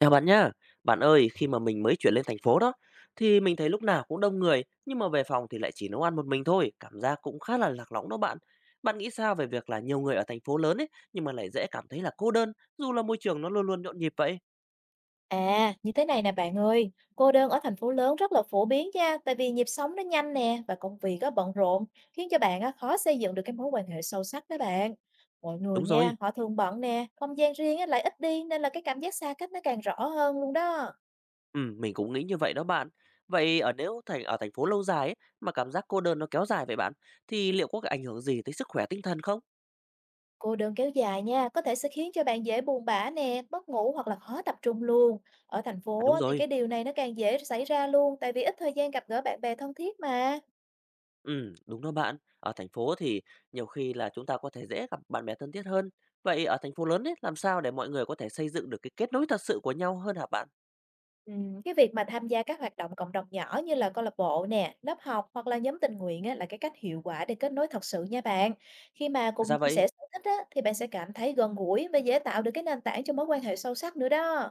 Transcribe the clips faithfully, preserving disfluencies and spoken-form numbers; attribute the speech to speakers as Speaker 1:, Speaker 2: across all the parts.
Speaker 1: Chào bạn nhá. Bạn ơi, khi mà mình mới chuyển lên thành phố đó, thì mình thấy lúc nào cũng đông người, nhưng mà về phòng thì lại chỉ nấu ăn một mình thôi, cảm giác cũng khá là lạc lõng đó bạn. Bạn nghĩ sao về việc là nhiều người ở thành phố lớn ấy, nhưng mà lại dễ cảm thấy là cô đơn, dù là môi trường nó luôn luôn nhộn nhịp vậy?
Speaker 2: À, như thế này nè bạn ơi, cô đơn ở thành phố lớn rất là phổ biến nha, tại vì nhịp sống nó nhanh nè và công việc á bận rộn, khiến cho bạn á khó xây dựng được cái mối quan hệ sâu sắc đó bạn. Mọi người
Speaker 1: Đúng rồi,
Speaker 2: nha, họ thường bận nè, không gian riêng á lại ít đi nên là cái cảm giác xa cách nó càng rõ hơn luôn đó.
Speaker 1: ừ, mình cũng nghĩ như vậy đó bạn. Vậy ở nếu thành ở thành phố lâu dài ấy, mà cảm giác cô đơn nó kéo dài vậy bạn, thì liệu có cái ảnh hưởng gì tới sức khỏe tinh thần không?
Speaker 2: Cô đơn kéo dài nha, có thể sẽ khiến cho bạn dễ buồn bã nè, mất ngủ hoặc là khó tập trung luôn. Ở thành
Speaker 1: À,
Speaker 2: phố
Speaker 1: đúng
Speaker 2: á, thì
Speaker 1: rồi.
Speaker 2: cái điều này nó càng dễ xảy ra luôn, tại vì ít thời gian gặp gỡ bạn bè thân thiết mà.
Speaker 1: Ừm, đúng đó bạn. Ở thành phố thì nhiều khi là chúng ta có thể dễ gặp bạn bè thân thiết hơn. Vậy ở thành phố lớn ấy, làm sao để mọi người có thể xây dựng được cái kết nối thật sự của nhau hơn hả bạn?
Speaker 2: Ừm, cái việc mà tham gia các hoạt động cộng đồng nhỏ như là câu lạc bộ nè, lớp học hoặc là nhóm tình nguyện á, là cái cách hiệu quả để kết nối thật sự nha bạn. Khi mà cùng
Speaker 1: Ra
Speaker 2: chia
Speaker 1: vậy,
Speaker 2: sẻ sở thích á, thì bạn sẽ cảm thấy gần gũi và dễ tạo được cái nền tảng cho mối quan hệ sâu sắc nữa đó.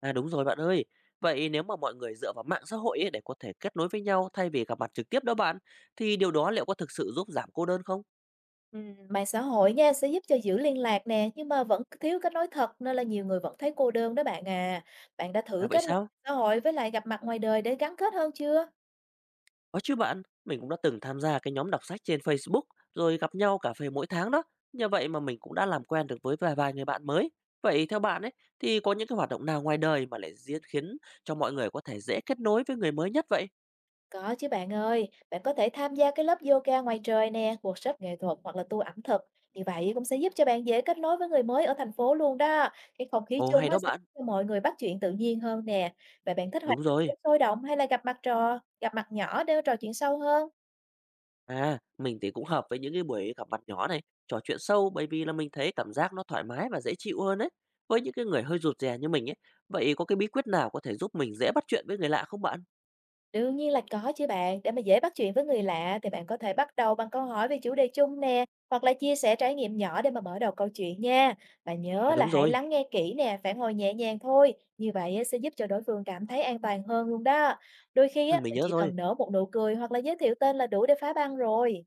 Speaker 1: à đúng rồi bạn ơi. Vậy nếu mà mọi người dựa vào mạng xã hội ấy để có thể kết nối với nhau thay vì gặp mặt trực tiếp đó bạn, thì điều đó liệu có thực sự giúp giảm cô đơn không?
Speaker 2: Ừm, mạng xã hội nha sẽ giúp cho giữ liên lạc nè, nhưng mà vẫn thiếu kết nối thật nên là nhiều người vẫn thấy cô đơn đó bạn à. Bạn đã
Speaker 1: À,
Speaker 2: thử
Speaker 1: vậy
Speaker 2: kết hợp
Speaker 1: sao?
Speaker 2: xã hội với lại gặp mặt ngoài đời để gắn kết hơn chưa?
Speaker 1: Có chứ bạn, mình cũng đã từng tham gia cái nhóm đọc sách trên Facebook rồi gặp nhau cà phê mỗi tháng đó. Nhờ vậy mà mình cũng đã làm quen được với vài vài người bạn mới. Vậy theo bạn ấy, thì có những cái hoạt động nào ngoài đời mà lại diễn khiến cho mọi người có thể dễ kết nối với người mới nhất vậy?
Speaker 2: Có chứ bạn ơi, bạn có thể tham gia cái lớp yoga ngoài trời nè, workshop nghệ thuật hoặc là tour ẩm thực. Như vậy cũng sẽ giúp cho bạn dễ kết nối với người mới ở thành phố luôn đó. Cái không khí
Speaker 1: Ồ,
Speaker 2: chung
Speaker 1: hay
Speaker 2: á
Speaker 1: đó
Speaker 2: sẽ
Speaker 1: bạn,
Speaker 2: giúp cho mọi người bắt chuyện tự nhiên hơn nè. Vậy bạn thích hoạt
Speaker 1: đúng
Speaker 2: động
Speaker 1: rồi.
Speaker 2: nhóm sôi động hay là gặp mặt trò, gặp mặt nhỏ để trò chuyện sâu hơn?
Speaker 1: À, mình thì cũng hợp với những cái buổi gặp mặt nhỏ này, trò chuyện sâu, bởi vì là mình thấy cảm giác nó thoải mái và dễ chịu hơn ấy. Với những cái người hơi rụt rè như mình ấy, vậy có cái bí quyết nào có thể giúp mình dễ bắt chuyện với người lạ không bạn?
Speaker 2: Đương nhiên là có chứ bạn, để mà dễ bắt chuyện với người lạ thì bạn có thể bắt đầu bằng câu hỏi về chủ đề chung nè, hoặc là chia sẻ trải nghiệm nhỏ để mà mở đầu câu chuyện nha. Và
Speaker 1: À,
Speaker 2: nhớ là
Speaker 1: đúng
Speaker 2: hãy
Speaker 1: rồi,
Speaker 2: lắng nghe kỹ nè, phản hồi nhẹ nhàng thôi, như vậy á, sẽ giúp cho đối phương cảm thấy an toàn hơn luôn đó. Đôi khi á,
Speaker 1: ừ, mình
Speaker 2: mình
Speaker 1: nhớ
Speaker 2: chỉ
Speaker 1: rồi.
Speaker 2: cần nở một nụ cười hoặc là giới thiệu tên là đủ để phá băng rồi.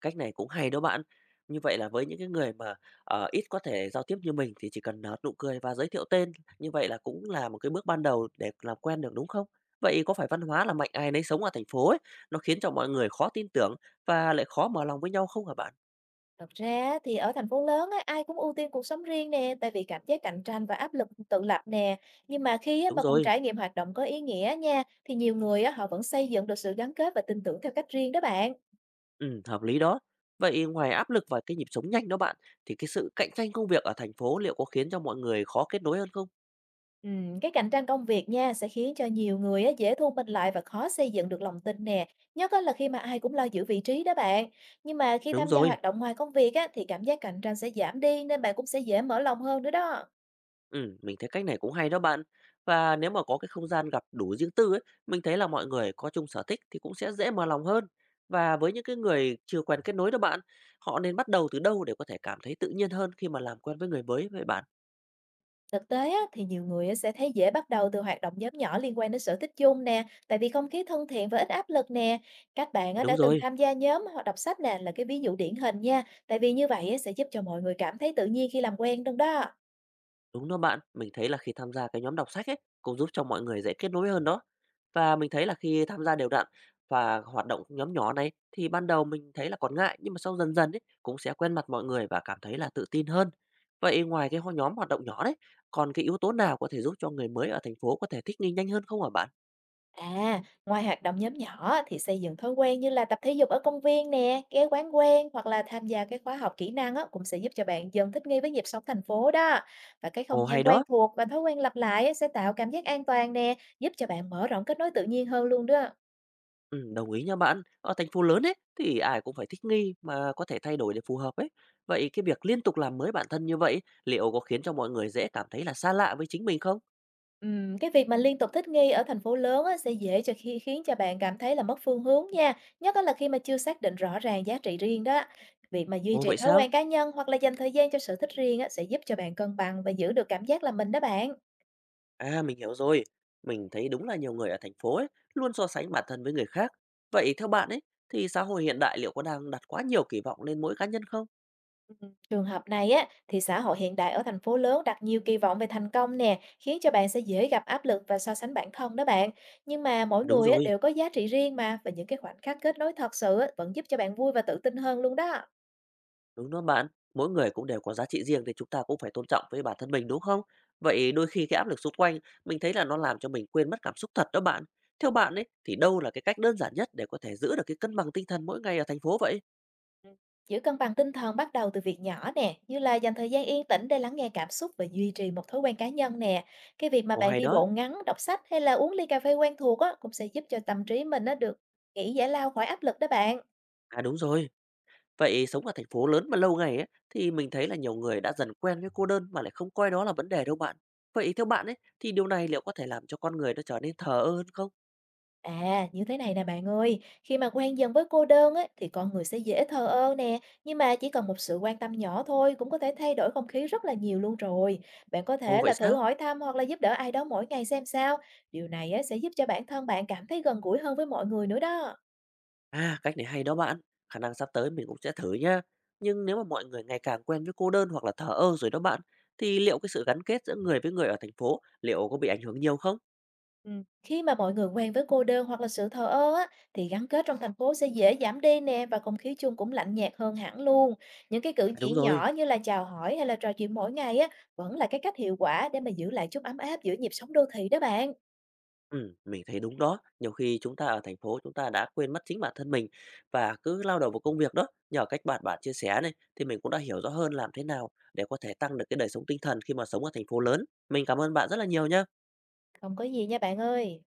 Speaker 1: Cách này cũng hay đó bạn. Như vậy là với những cái người mà, ờ, ít có thể giao tiếp như mình, thì chỉ cần nở nụ cười và giới thiệu tên, như vậy là cũng là một cái bước ban đầu để làm quen được, đúng không? Vậy có phải văn hóa là mạnh ai nấy sống ở thành phố ấy, nó khiến cho mọi người khó tin tưởng và lại khó mở lòng với nhau không hả bạn?
Speaker 2: Thật ra thì ở thành phố lớn á, ai cũng ưu tiên cuộc sống riêng nè, tại vì cảm giác cạnh tranh và áp lực tự lập nè. Nhưng mà khi á,
Speaker 1: Đúng
Speaker 2: mà cùng
Speaker 1: rồi,
Speaker 2: trải nghiệm hoạt động có ý nghĩa nha, thì nhiều người á, họ vẫn xây dựng được sự gắn kết và tin tưởng theo cách riêng đó bạn.
Speaker 1: ừm, hợp lý đó. Vậy ngoài áp lực và cái nhịp sống nhanh đó bạn, thì cái sự cạnh tranh công việc ở thành phố liệu có khiến cho mọi người khó kết nối hơn không?
Speaker 2: Ừm, cái cạnh tranh công việc nha sẽ khiến cho nhiều người á, dễ thu mình lại và khó xây dựng được lòng tin nè. Nhất á, là khi mà ai cũng lo giữ vị trí đó bạn. Nhưng mà khi
Speaker 1: Đúng
Speaker 2: tham gia
Speaker 1: rồi.
Speaker 2: hoạt động ngoài công việc á, thì cảm giác cạnh tranh sẽ giảm đi nên bạn cũng sẽ dễ mở lòng hơn nữa đó.
Speaker 1: Ừm, mình thấy cách này cũng hay đó bạn. Và nếu mà có cái không gian gặp đủ riêng tư ấy, mình thấy là mọi người có chung sở thích thì cũng sẽ dễ mở lòng hơn. Và với những cái người chưa quen kết nối đó bạn, họ nên bắt đầu từ đâu để có thể cảm thấy tự nhiên hơn khi mà làm quen với người mới vậy bạn?
Speaker 2: Thực tế á, thì nhiều người á sẽ thấy dễ bắt đầu từ hoạt động nhóm nhỏ liên quan đến sở thích chung nè, tại vì không khí thân thiện và ít áp lực nè. Các bạn
Speaker 1: À,
Speaker 2: á,
Speaker 1: đúng
Speaker 2: đã từng
Speaker 1: rồi,
Speaker 2: tham gia nhóm hoặc đọc sách nè là cái ví dụ điển hình nha, tại vì như vậy á, sẽ giúp cho mọi người cảm thấy tự nhiên khi làm quen trong đó.
Speaker 1: đúng đó bạn. Mình thấy là khi tham gia cái nhóm đọc sách ấy, cũng giúp cho mọi người dễ kết nối hơn đó. Và mình thấy là khi tham gia đều đặn và hoạt động nhóm nhỏ này, thì ban đầu mình thấy là còn ngại, nhưng mà sau dần dần ấy cũng sẽ quen mặt mọi người và cảm thấy là tự tin hơn. Vậy ngoài cái ho- nhóm hoạt động nhỏ đấy, còn cái yếu tố nào có thể giúp cho người mới ở thành phố có thể thích nghi nhanh hơn không hả bạn?
Speaker 2: À, ngoài hoạt động nhóm nhỏ thì xây dựng thói quen như là tập thể dục ở công viên nè, ghé quán quen hoặc là tham gia cái khóa học kỹ năng á, cũng sẽ giúp cho bạn dần thích nghi với nhịp sống thành phố đó. Và cái không
Speaker 1: Ồ,
Speaker 2: gian
Speaker 1: hay
Speaker 2: quen
Speaker 1: đó.
Speaker 2: thuộc và thói quen lặp lại á, sẽ tạo cảm giác an toàn nè, giúp cho bạn mở rộng kết nối tự nhiên hơn luôn đó.
Speaker 1: Ừ, đồng ý nha bạn. Ở thành phố lớn ấy, thì ai cũng phải thích nghi mà có thể thay đổi để phù hợp ấy. Vậy cái việc liên tục làm mới bản thân như vậy liệu có khiến cho mọi người dễ cảm thấy là xa lạ với chính mình không?
Speaker 2: Ừm, cái việc mà liên tục thích nghi ở thành phố lớn á, sẽ dễ cho khi khiến cho bạn cảm thấy là mất phương hướng nha, nhất á là khi mà chưa xác định rõ ràng giá trị riêng đó. Việc mà duy
Speaker 1: Ồ,
Speaker 2: trì
Speaker 1: vậy
Speaker 2: thói
Speaker 1: sao?
Speaker 2: quen cá nhân hoặc là dành thời gian cho sở thích riêng á, sẽ giúp cho bạn cân bằng và giữ được cảm giác là mình đó bạn.
Speaker 1: À, mình hiểu rồi. Mình thấy đúng là nhiều người ở thành phố ấy luôn so sánh bản thân với người khác. Vậy theo bạn ấy, thì xã hội hiện đại liệu có đang đặt quá nhiều kỳ vọng lên mỗi cá nhân không?
Speaker 2: Ừm, Trường hợp này á, thì xã hội hiện đại ở thành phố lớn đặt nhiều kỳ vọng về thành công nè, khiến cho bạn sẽ dễ gặp áp lực và so sánh bản thân đó bạn. Nhưng mà mỗi
Speaker 1: À, đúng
Speaker 2: người á,
Speaker 1: rồi,
Speaker 2: đều có giá trị riêng mà, và những cái khoảnh khắc kết nối thật sự á, vẫn giúp cho bạn vui và tự tin hơn luôn đó.
Speaker 1: đúng đó bạn. Mỗi người cũng đều có giá trị riêng, thì chúng ta cũng phải tôn trọng với bản thân mình đúng không? Vậy đôi khi cái áp lực xung quanh, mình thấy là nó làm cho mình quên mất cảm xúc thật đó bạn. Theo bạn ấy thì đâu là cái cách đơn giản nhất để có thể giữ được cái cân bằng tinh thần mỗi ngày ở thành phố vậy?
Speaker 2: Ừ. Giữ cân bằng tinh thần bắt đầu từ việc nhỏ nè, như là dành thời gian yên tĩnh để lắng nghe cảm xúc và duy trì một thói quen cá nhân nè. Cái việc mà
Speaker 1: Ồ,
Speaker 2: bạn
Speaker 1: hay
Speaker 2: đi
Speaker 1: đó.
Speaker 2: bộ ngắn, đọc sách hay là uống ly cà phê quen thuộc á, cũng sẽ giúp cho tâm trí mình nó được nghỉ giải lao khỏi áp lực đó bạn.
Speaker 1: À, đúng rồi. Vậy sống ở thành phố lớn mà lâu ngày ấy, thì mình thấy là nhiều người đã dần quen với cô đơn mà lại không coi đó là vấn đề đâu bạn. Vậy theo bạn ấy thì điều này liệu có thể làm cho con người nó trở nên thờ ơ hơn không?
Speaker 2: À, như thế này nè bạn ơi, khi mà quen dần với cô đơn ấy, thì con người sẽ dễ thờ ơ nè, nhưng mà chỉ cần một sự quan tâm nhỏ thôi cũng có thể thay đổi không khí rất là nhiều luôn rồi. Bạn có
Speaker 1: Ồ,
Speaker 2: thể
Speaker 1: vậy
Speaker 2: là thử
Speaker 1: sao?
Speaker 2: hỏi thăm hoặc là giúp đỡ ai đó mỗi ngày xem sao. Điều này á, sẽ giúp cho bản thân bạn cảm thấy gần gũi hơn với mọi người nữa đó.
Speaker 1: À, cách này hay đó bạn. Khả năng sắp tới mình cũng sẽ thử nhá. Nhưng nếu mà mọi người ngày càng quen với cô đơn hoặc là thờ ơ rồi đó bạn, thì liệu cái sự gắn kết giữa người với người ở thành phố liệu có bị ảnh hưởng nhiều không?
Speaker 2: Ừm, khi mà mọi người quen với cô đơn hoặc là sự thờ ơ á, thì gắn kết trong thành phố sẽ dễ giảm đi nè và không khí chung cũng lạnh nhạt hơn hẳn luôn. Những cái cử
Speaker 1: À, đúng
Speaker 2: chỉ
Speaker 1: rồi.
Speaker 2: nhỏ như là chào hỏi hay là trò chuyện mỗi ngày á, vẫn là cái cách hiệu quả để mà giữ lại chút ấm áp giữa nhịp sống đô thị đó bạn.
Speaker 1: Ừm, mình thấy đúng đó. Nhiều khi chúng ta ở thành phố, chúng ta đã quên mất chính bản thân mình và cứ lao đầu vào công việc đó. Nhờ cách bạn bạn chia sẻ này, thì mình cũng đã hiểu rõ hơn làm thế nào để có thể tăng được cái đời sống tinh thần khi mà sống ở thành phố lớn. Mình cảm ơn bạn rất là nhiều nhá.
Speaker 2: Không có gì nha bạn ơi.